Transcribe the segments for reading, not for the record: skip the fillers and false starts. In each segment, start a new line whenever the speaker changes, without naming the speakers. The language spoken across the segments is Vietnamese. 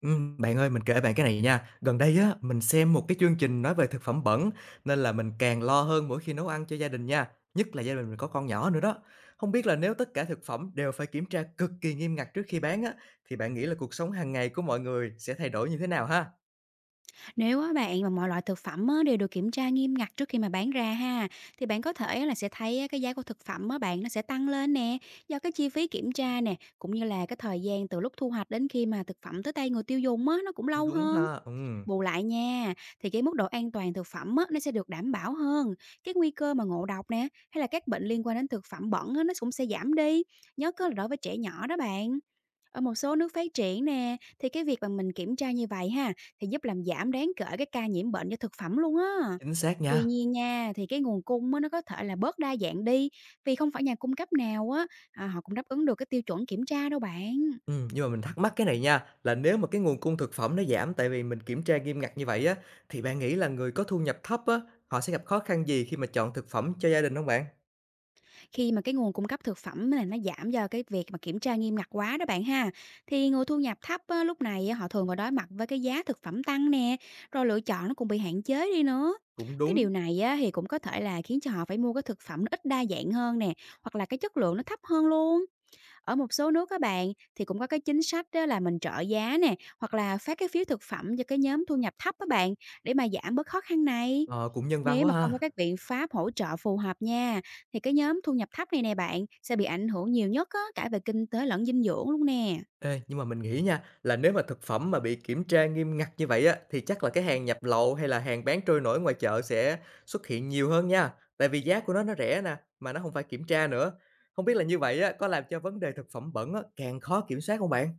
Bạn ơi, mình kể bạn cái này nha. Gần đây á, mình xem một cái chương trình nói về thực phẩm bẩn nên là mình càng lo hơn mỗi khi nấu ăn cho gia đình nha, nhất là gia đình mình có con nhỏ nữa đó. Không biết là nếu tất cả thực phẩm đều phải kiểm tra cực kỳ nghiêm ngặt trước khi bán á, thì bạn nghĩ là cuộc sống hàng ngày của mọi người sẽ thay đổi như thế nào ha?
Nếu á bạn mà mọi loại thực phẩm á đều được kiểm tra nghiêm ngặt trước khi mà bán ra ha, thì bạn có thể là sẽ thấy á cái giá của thực phẩm á bạn nó sẽ tăng lên nè, do cái chi phí kiểm tra nè, cũng như là cái thời gian từ lúc thu hoạch đến khi mà thực phẩm tới tay người tiêu dùng á nó cũng
Cũng
lâu
đúng
hơn.
ha,
Bù lại nha, thì cái mức độ an toàn thực phẩm á, nó sẽ được đảm bảo hơn. Cái nguy cơ mà ngộ độc nè, hay là các bệnh liên quan đến thực phẩm bẩn á, nó cũng sẽ giảm đi. Nhớ có là đối với trẻ nhỏ đó bạn. Ở một số nước phát triển nè, thì cái việc mà mình kiểm tra như vậy ha, thì giúp làm giảm đáng kể cái ca nhiễm bệnh do thực phẩm luôn á.
chính xác
Tuy
nha.
nhiên nha, thì cái nguồn cung á, nó có thể là bớt đa dạng đi, vì không phải nhà cung cấp nào á, họ cũng đáp ứng được cái tiêu chuẩn kiểm tra đâu bạn.
Nhưng mà mình thắc mắc cái này nha, là nếu mà cái nguồn cung thực phẩm nó giảm tại vì mình kiểm tra nghiêm ngặt như vậy á, thì bạn nghĩ là người có thu nhập thấp á, họ sẽ gặp khó khăn gì khi mà chọn thực phẩm cho gia đình không bạn?
Khi mà cái nguồn cung cấp thực phẩm là nó giảm do cái việc mà kiểm tra nghiêm ngặt quá đó bạn ha, thì người thu nhập thấp á, lúc này á, họ thường phải đối mặt với cái giá thực phẩm tăng nè, rồi lựa chọn nó cũng bị hạn chế đi nữa.
Cũng
Cái
đúng.
điều này á, thì cũng có thể là khiến cho họ phải mua cái thực phẩm nó ít đa dạng hơn nè, hoặc là cái chất lượng nó thấp hơn luôn. Ở một số nước các bạn, thì cũng có cái chính sách đó là mình trợ giá nè, hoặc là phát cái phiếu thực phẩm cho cái nhóm thu nhập thấp các bạn, để mà giảm bớt khó khăn này.
Ờ, cũng nhân văn
Nếu
quá
mà không có
ha.
các biện pháp hỗ trợ phù hợp nha, thì cái nhóm thu nhập thấp này nè bạn, sẽ bị ảnh hưởng nhiều nhất á, cả về kinh tế lẫn dinh dưỡng luôn nè.
Ê, nhưng mà mình nghĩ nha, là nếu mà thực phẩm mà bị kiểm tra nghiêm ngặt như vậy á, thì chắc là cái hàng nhập lậu hay là hàng bán trôi nổi ngoài chợ sẽ xuất hiện nhiều hơn nha. Tại vì giá của nó rẻ nè, mà nó không phải kiểm tra nữa. Không biết là như vậy á, có làm cho vấn đề thực phẩm bẩn á, càng khó kiểm soát không bạn?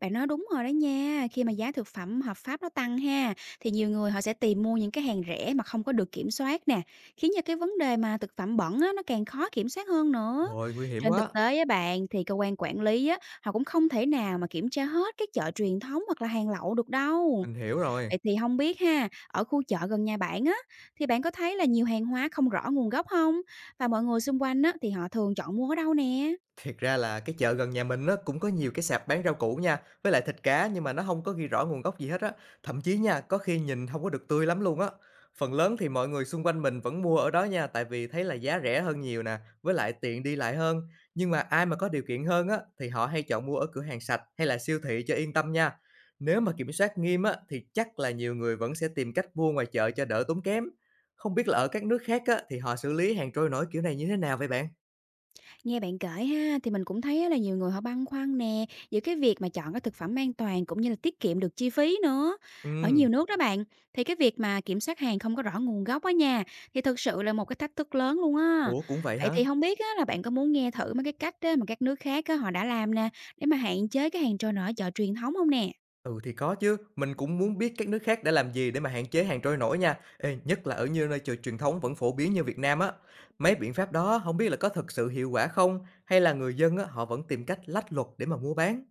Bạn nói đúng rồi đó nha, khi mà giá thực phẩm hợp pháp nó tăng ha, thì nhiều người họ sẽ tìm mua những cái hàng rẻ mà không có được kiểm soát nè, khiến cho cái vấn đề mà thực phẩm bẩn á, nó càng khó kiểm soát hơn nữa.
Rồi, nguy hiểm
Trên thực
quá.
tế á bạn, thì cơ quan quản lý á, họ cũng không thể nào mà kiểm tra hết các chợ truyền thống hoặc là hàng lậu được đâu.
Mình hiểu rồi.
Vậy thì không biết ha, ở khu chợ gần nhà bạn á, thì bạn có thấy là nhiều hàng hóa không rõ nguồn gốc không? Và mọi người xung quanh á, thì họ thường chọn mua ở đâu nè?
Thiệt ra là cái chợ gần nhà mình nó cũng có nhiều cái sạp bán rau củ nha, với lại thịt cá nhưng mà nó không có ghi rõ nguồn gốc gì hết á, thậm chí nha, có khi nhìn không có được tươi lắm luôn á. Phần lớn thì mọi người xung quanh mình vẫn mua ở đó nha, tại vì thấy là giá rẻ hơn nhiều nè, với lại tiện đi lại hơn. Nhưng mà ai mà có điều kiện hơn á, thì họ hay chọn mua ở cửa hàng sạch hay là siêu thị cho yên tâm nha. Nếu mà kiểm soát nghiêm á, thì chắc là nhiều người vẫn sẽ tìm cách mua ngoài chợ cho đỡ tốn kém. Không biết là ở các nước khác á, thì họ xử lý hàng trôi nổi kiểu này như thế nào vậy bạn?
Nghe bạn kể ha, thì mình cũng thấy á là nhiều người họ băn khoăn nè, giữa cái việc mà chọn cái thực phẩm an toàn cũng như là tiết kiệm được chi phí nữa.
Ừ.
Ở nhiều nước đó bạn, thì cái việc mà kiểm soát hàng không có rõ nguồn gốc á nha, thì thực sự là một cái thách thức lớn luôn á.
Ủa, cũng vậy
Vậy
hả?
thì không biết á là bạn có muốn nghe thử mấy cái cách á mà các nước khác á họ đã làm nè, để mà hạn chế cái hàng trôi nổi ở chợ truyền thống không nè?
Ừ, thì có chứ, mình cũng muốn biết các nước khác đã làm gì để mà hạn chế hàng trôi nổi nha. Ê, nhất là ở như nơi chợ truyền thống vẫn phổ biến như Việt Nam á. Mấy biện pháp đó không biết là có thực sự hiệu quả không hay là người dân á họ vẫn tìm cách lách luật để mà mua bán,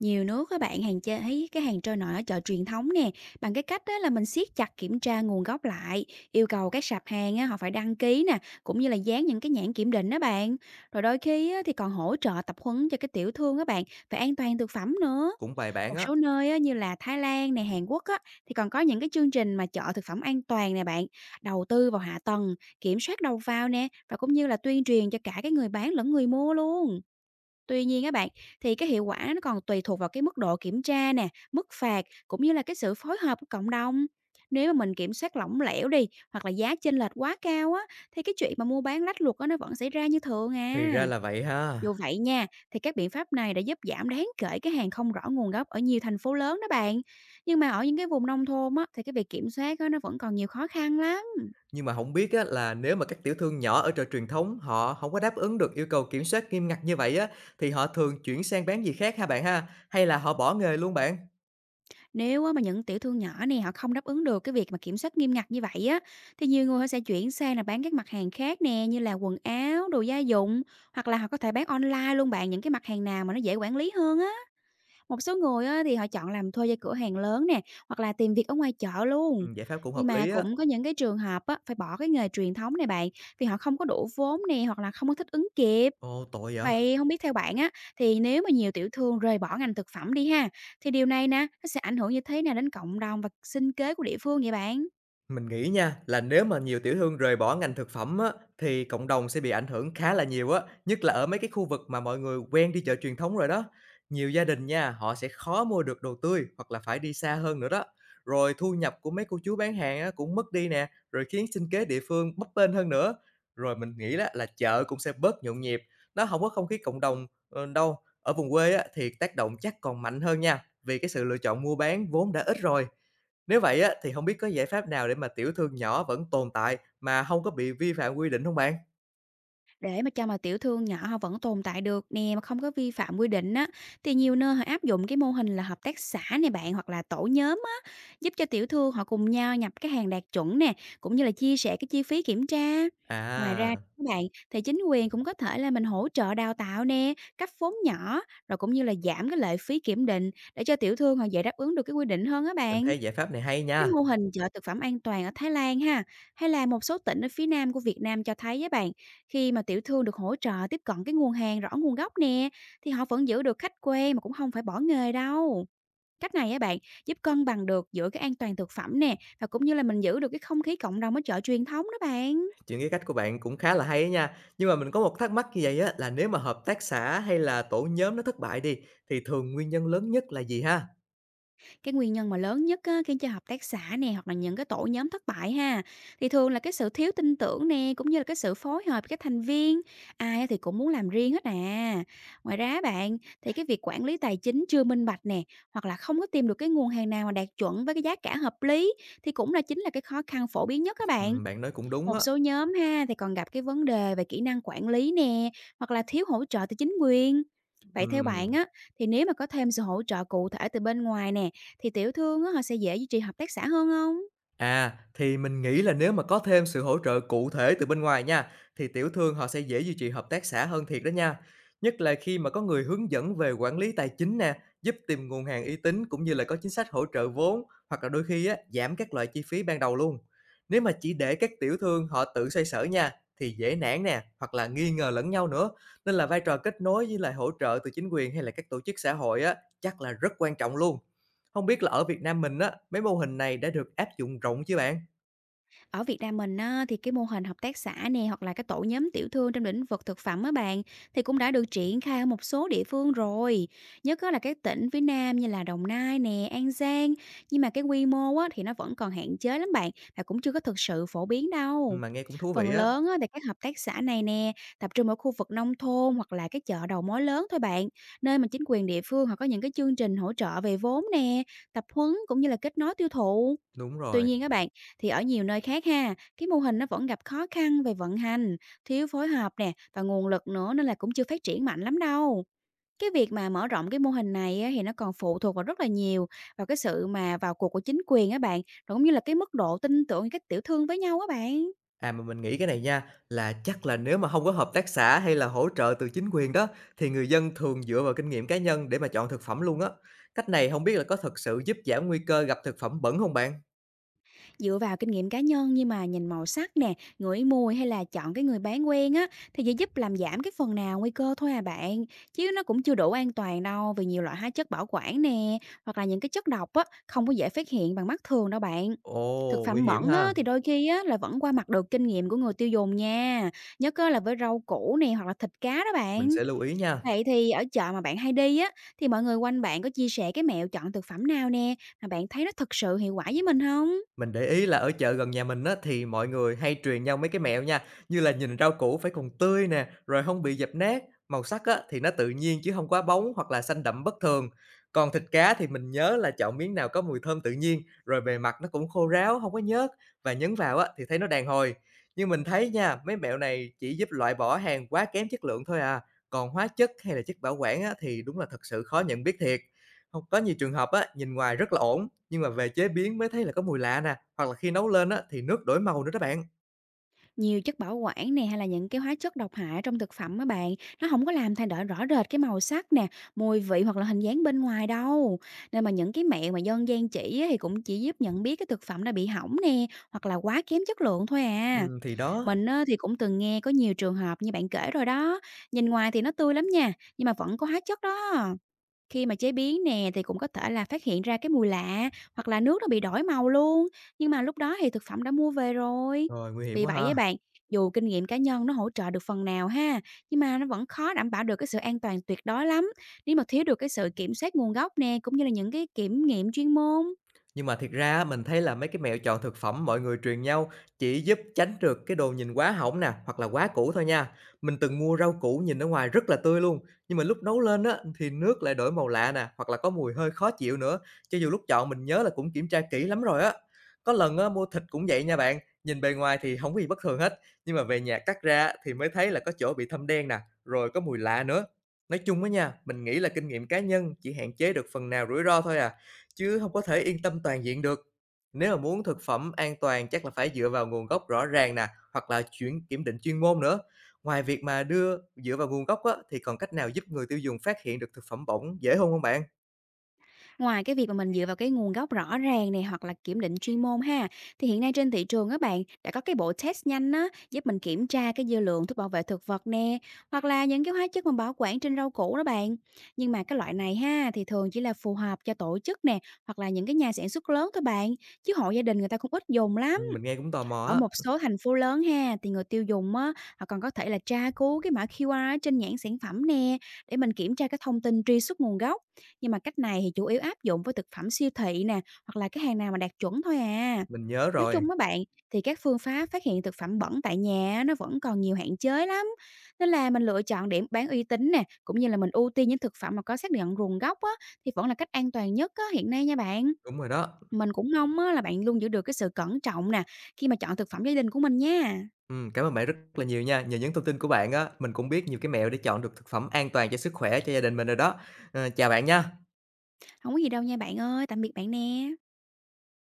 Nhiều nước các bạn hàng chơi thấy cái hàng trôi nổi ở chợ truyền thống nè, bằng cái cách đó là mình siết chặt kiểm tra nguồn gốc lại, yêu cầu các sạp hàng á, họ phải đăng ký nè, cũng như là dán những cái nhãn kiểm định đó bạn. Rồi đôi khi á, thì còn hỗ trợ tập huấn cho cái tiểu thương các bạn về an toàn thực phẩm nữa.
cũng bài bản
Một
á.
số nơi á, như là Thái Lan này, Hàn Quốc á, thì còn có những cái chương trình mà chợ thực phẩm an toàn nè bạn, đầu tư vào hạ tầng, kiểm soát đầu vào nè và cũng như là tuyên truyền cho cả cái người bán lẫn người mua luôn. Tuy nhiên các bạn, thì cái hiệu quả nó còn tùy thuộc vào cái mức độ kiểm tra nè, mức phạt cũng như là cái sự phối hợp của cộng đồng. Nếu mà mình kiểm soát lỏng lẻo đi, hoặc là giá chênh lệch quá cao á, thì cái chuyện mà mua bán lách luật á nó vẫn xảy ra như thường
Thì ra
à.
là vậy ha.
Dù vậy nha, thì các biện pháp này đã giúp giảm đáng kể cái hàng không rõ nguồn gốc ở nhiều thành phố lớn đó bạn. Nhưng mà ở những cái vùng nông thôn á, thì cái việc kiểm soát á nó vẫn còn nhiều khó khăn lắm.
Nhưng mà không biết á là nếu mà các tiểu thương nhỏ ở chợ truyền thống họ không có đáp ứng được yêu cầu kiểm soát nghiêm ngặt như vậy á thì họ thường chuyển sang bán gì khác ha bạn ha, hay là họ bỏ nghề luôn bạn?
Nếu á mà những tiểu thương nhỏ này họ không đáp ứng được cái việc mà kiểm soát nghiêm ngặt như vậy á, thì nhiều người họ sẽ chuyển sang là bán các mặt hàng khác nè, như là quần áo, đồ gia dụng, hoặc là họ có thể bán online luôn bạn, những cái mặt hàng nào mà nó dễ quản lý hơn á. Một số người á thì họ chọn làm thuê cho cửa hàng lớn nè, hoặc là tìm việc ở ngoài chợ
Ừ,
luôn.
giải pháp cũng hợp
Nhưng mà
lý á.
cũng có những cái trường hợp á, phải bỏ cái nghề truyền thống này bạn, vì họ không có đủ vốn nè, hoặc là không có thích ứng kịp.
Ồ, tội vậy.
Vậy không biết theo bạn á, thì nếu mà nhiều tiểu thương rời bỏ ngành thực phẩm đi ha, thì điều này nè, nó sẽ ảnh hưởng như thế nào đến cộng đồng và sinh kế của địa phương vậy bạn?
Mình nghĩ nha, là nếu mà nhiều tiểu thương rời bỏ ngành thực phẩm á, thì cộng đồng sẽ bị ảnh hưởng khá là nhiều á, nhất là ở mấy cái khu vực mà mọi người quen đi chợ truyền thống rồi đó. Nhiều gia đình nha, họ sẽ khó mua được đồ tươi hoặc là phải đi xa hơn nữa đó. Rồi thu nhập của mấy cô chú bán hàng á, cũng mất đi nè, rồi khiến sinh kế địa phương bấp bênh hơn nữa. Rồi mình nghĩ đó là chợ cũng sẽ bớt nhộn nhịp, nó không có không khí cộng đồng đâu. Ở vùng quê á, thì tác động chắc còn mạnh hơn nha, vì cái sự lựa chọn mua bán vốn đã ít rồi. Nếu vậy á, thì không biết có giải pháp nào để mà tiểu thương nhỏ vẫn tồn tại mà không có bị vi phạm quy định không bạn?
Để mà cho mà tiểu thương nhỏ họ vẫn tồn tại được nè mà không có vi phạm quy định á, thì nhiều nơi họ áp dụng cái mô hình là hợp tác xã này bạn, hoặc là tổ nhóm á, giúp cho tiểu thương họ cùng nhau nhập cái hàng đạt chuẩn nè, cũng như là chia sẻ cái chi phí kiểm tra. Ngoài ra
À,
các bạn, thì chính quyền cũng có thể là mình hỗ trợ đào tạo nè, cấp vốn nhỏ, rồi cũng như là giảm cái lệ phí kiểm định để cho tiểu thương họ dễ đáp ứng được cái quy định hơn á
mình
bạn.
thấy giải pháp này hay
Cái
nha.
mô hình chợ thực phẩm an toàn ở Thái Lan ha, hay là một số tỉnh ở phía nam của Việt Nam cho thấy với bạn, khi mà tiểu thương được hỗ trợ tiếp cận cái nguồn hàng rõ nguồn gốc nè, thì họ vẫn giữ được khách quen mà cũng không phải bỏ nghề đâu. Cách này á bạn, giúp cân bằng được giữa cái an toàn thực phẩm nè và cũng như là mình giữ được cái không khí cộng đồng ở chợ truyền thống đó bạn.
Chuyện cái cách của bạn cũng khá là hay á nha. Nhưng mà mình có một thắc mắc như vậy á, là nếu mà hợp tác xã hay là tổ nhóm nó thất bại đi, thì thường nguyên nhân lớn nhất là gì ha?
Cái nguyên nhân mà lớn nhất á, khiến cho hợp tác xã nè hoặc là những cái tổ nhóm thất bại ha, thì thường là cái sự thiếu tin tưởng nè, cũng như là cái sự phối hợp với các thành viên, ai á thì cũng muốn làm riêng hết à. Ngoài ra bạn, thì cái việc quản lý tài chính chưa minh bạch nè, hoặc là không có tìm được cái nguồn hàng nào mà đạt chuẩn với cái giá cả hợp lý, thì cũng là chính là cái khó khăn phổ biến nhất các bạn.
Bạn nói cũng đúng
Một
á.
số nhóm ha thì còn gặp cái vấn đề về kỹ năng quản lý nè, hoặc là thiếu hỗ trợ từ chính quyền. Vậy theo bạn
Ừm.
á, thì nếu mà có thêm sự hỗ trợ cụ thể từ bên ngoài nè, thì tiểu thương á, họ sẽ dễ duy trì hợp tác xã hơn không?
À, thì mình nghĩ là nếu mà có thêm sự hỗ trợ cụ thể từ bên ngoài nha, thì tiểu thương họ sẽ dễ duy trì hợp tác xã hơn thiệt đó nha. Nhất là khi mà có người hướng dẫn về quản lý tài chính nè, giúp tìm nguồn hàng uy tín cũng như là có chính sách hỗ trợ vốn hoặc là đôi khi á, giảm các loại chi phí ban đầu luôn. Nếu mà chỉ để các tiểu thương họ tự xoay sở nha, thì dễ nản nè, hoặc là nghi ngờ lẫn nhau nữa. Nên là vai trò kết nối với lại hỗ trợ từ chính quyền hay là các tổ chức xã hội á, chắc là rất quan trọng luôn. Không biết là ở Việt Nam mình á, mấy mô hình này đã được áp dụng rộng chưa bạn?
Ở Việt Nam mình á, thì cái mô hình hợp tác xã nè hoặc là cái tổ nhóm tiểu thương trong lĩnh vực thực phẩm á bạn, thì cũng đã được triển khai ở một số địa phương rồi. Nhất á là các tỉnh phía Nam như là Đồng Nai nè, An Giang. Nhưng mà cái quy mô á, thì nó vẫn còn hạn chế lắm bạn, và cũng chưa có thực sự phổ biến đâu.
Mà nghe cũng thú
Phần
vị á.
lớn á, thì các hợp tác xã này nè tập trung ở khu vực nông thôn hoặc là các chợ đầu mối lớn thôi bạn, nơi mà chính quyền địa phương họ có những cái chương trình hỗ trợ về vốn nè, tập huấn cũng như là kết nối tiêu thụ.
Đúng
Tuy
rồi.
nhiên các bạn, thì ở nhiều nơi khác ha, cái mô hình nó vẫn gặp khó khăn về vận hành, thiếu phối hợp nè và nguồn lực nữa, nên là cũng chưa phát triển mạnh lắm đâu. Cái việc mà mở rộng cái mô hình này á, thì nó còn phụ thuộc vào rất là nhiều vào cái sự mà vào cuộc của chính quyền á bạn, rồi cũng như là cái mức độ tin tưởng của các tiểu thương với nhau á bạn.
À, mà mình nghĩ cái này nha, là chắc là nếu mà không có hợp tác xã hay là hỗ trợ từ chính quyền đó, thì người dân thường dựa vào kinh nghiệm cá nhân để mà chọn thực phẩm luôn á. Cách này không biết là có thật sự giúp giảm nguy cơ gặp thực phẩm bẩn không bạn?
Dựa vào kinh nghiệm cá nhân nhưng mà nhìn màu sắc nè, ngửi mùi hay là chọn cái người bán quen á thì chỉ giúp làm giảm cái phần nào nguy cơ thôi à bạn. Chứ nó cũng chưa đủ an toàn đâu vì nhiều loại hóa chất bảo quản nè, hoặc là những cái chất độc á không có dễ phát hiện bằng mắt thường đâu bạn. Thực
Ồ, nguy
phẩm
hiểm
bẩn
ha.
á thì đôi khi á là vẫn qua mặt được kinh nghiệm của người tiêu dùng nha. Nhất á, là với rau củ nè hoặc là thịt cá đó
Mình
bạn.
sẽ lưu ý nha.
Vậy thì ở chợ mà bạn hay đi á thì mọi người quanh bạn có chia sẻ cái mẹo chọn thực phẩm nào nè mà bạn thấy nó thực sự hiệu quả với mình không?
Mình để ý là ở chợ gần nhà mình á, thì mọi người hay truyền nhau mấy cái mẹo nha, như là nhìn rau củ phải còn tươi nè, rồi không bị dập nát, màu sắc á, thì nó tự nhiên chứ không quá bóng hoặc là xanh đậm bất thường. Còn thịt cá thì mình nhớ là chọn miếng nào có mùi thơm tự nhiên, rồi bề mặt nó cũng khô ráo, không có nhớt và nhấn vào á, thì thấy nó đàn hồi. Nhưng mình thấy nha, mấy mẹo này chỉ giúp loại bỏ hàng quá kém chất lượng thôi à, còn hóa chất hay là chất bảo quản á, thì đúng là thật sự khó nhận biết thiệt. Không có nhiều trường hợp á, nhìn ngoài rất là ổn nhưng mà về chế biến mới thấy là có mùi lạ nè, hoặc là khi nấu lên á thì nước đổi màu nữa đó bạn.
Nhiều chất bảo quản này hay là những cái hóa chất độc hại trong thực phẩm á bạn, nó không có làm thay đổi rõ rệt cái màu sắc nè, mùi vị hoặc là hình dáng bên ngoài đâu. Nên mà những cái mẹo mà dân gian chỉ á thì cũng chỉ giúp nhận biết cái thực phẩm đã bị hỏng nè, hoặc là quá kém chất lượng thôi à.
Thì đó.
Mình á thì cũng từng nghe có nhiều trường hợp như bạn kể rồi đó, nhìn ngoài thì nó tươi lắm nha, nhưng mà vẫn có hóa chất đó. Khi mà chế biến nè thì cũng có thể là phát hiện ra cái mùi lạ hoặc là nước nó bị đổi màu luôn, nhưng mà lúc đó thì thực phẩm đã mua về rồi.
Rồi nguy hiểm
Vì
quá
vậy á
ha.
bạn, dù kinh nghiệm cá nhân nó hỗ trợ được phần nào ha, nhưng mà nó vẫn khó đảm bảo được cái sự an toàn tuyệt đối lắm nếu mà thiếu được cái sự kiểm soát nguồn gốc nè cũng như là những cái kiểm nghiệm chuyên môn.
Nhưng mà thiệt ra á, mình thấy là mấy cái mẹo chọn thực phẩm mọi người truyền nhau chỉ giúp tránh được cái đồ nhìn quá hỏng nè, hoặc là quá cũ thôi nha. Mình từng mua rau củ nhìn ở ngoài rất là tươi luôn, nhưng mà lúc nấu lên á thì nước lại đổi màu lạ nè, hoặc là có mùi hơi khó chịu nữa. Cho dù lúc chọn mình nhớ là cũng kiểm tra kỹ lắm rồi á. Có lần á mua thịt cũng vậy nha bạn, nhìn bề ngoài thì không có gì bất thường hết, nhưng mà về nhà cắt ra á, thì mới thấy là có chỗ bị thâm đen nè, rồi có mùi lạ nữa. Nói chung á nha, mình nghĩ là kinh nghiệm cá nhân chỉ hạn chế được phần nào rủi ro thôi à. Chứ không có thể yên tâm toàn diện được. Nếu mà muốn thực phẩm an toàn chắc là phải dựa vào nguồn gốc rõ ràng nè, hoặc là chuyển kiểm định chuyên môn nữa. Ngoài việc mà đưa dựa vào nguồn gốc á, thì còn cách nào giúp người tiêu dùng phát hiện được thực phẩm bẩn dễ hơn không bạn?
Ngoài cái việc mà mình dựa vào cái nguồn gốc rõ ràng này hoặc là kiểm định chuyên môn ha, thì hiện nay trên thị trường á bạn, đã có cái bộ test nhanh á, giúp mình kiểm tra cái dư lượng thuốc bảo vệ thực vật nè, hoặc là những cái hóa chất mà bảo quản trên rau củ đó bạn. Nhưng mà cái loại này ha, thì thường chỉ là phù hợp cho tổ chức nè, hoặc là những cái nhà sản xuất lớn thôi bạn, chứ hộ gia đình người ta cũng ít dùng lắm.
Mình nghe cũng tò mò
Ở
á.
một số thành phố lớn ha, thì người tiêu dùng á, họ còn có thể là tra cứu cái mã QR ở trên nhãn sản phẩm nè, để mình kiểm tra cái thông tin truy xuất nguồn gốc. Nhưng mà cách này thì chủ yếu áp dụng với thực phẩm siêu thị nè, hoặc là cái hàng nào mà đạt chuẩn thôi à.
Mình nhớ
Nói
rồi.
chung á bạn, thì các phương pháp phát hiện thực phẩm bẩn tại nhà á, nó vẫn còn nhiều hạn chế lắm. Nên là mình lựa chọn điểm bán uy tín nè, cũng như là mình ưu tiên những thực phẩm mà có xác nhận nguồn gốc á, thì vẫn là cách an toàn nhất á, hiện nay nha bạn.
Đúng rồi đó.
Mình cũng mong á là bạn luôn giữ được cái sự cẩn trọng nè, khi mà chọn thực phẩm gia đình của mình nha.
Cảm ơn bạn rất là nhiều nha, nhờ những thông tin của bạn á, mình cũng biết nhiều cái mẹo để chọn được thực phẩm an toàn cho sức khỏe, cho gia đình mình rồi đó. Ờ, chào bạn nha.
Không có gì đâu nha bạn ơi, tạm biệt bạn nè.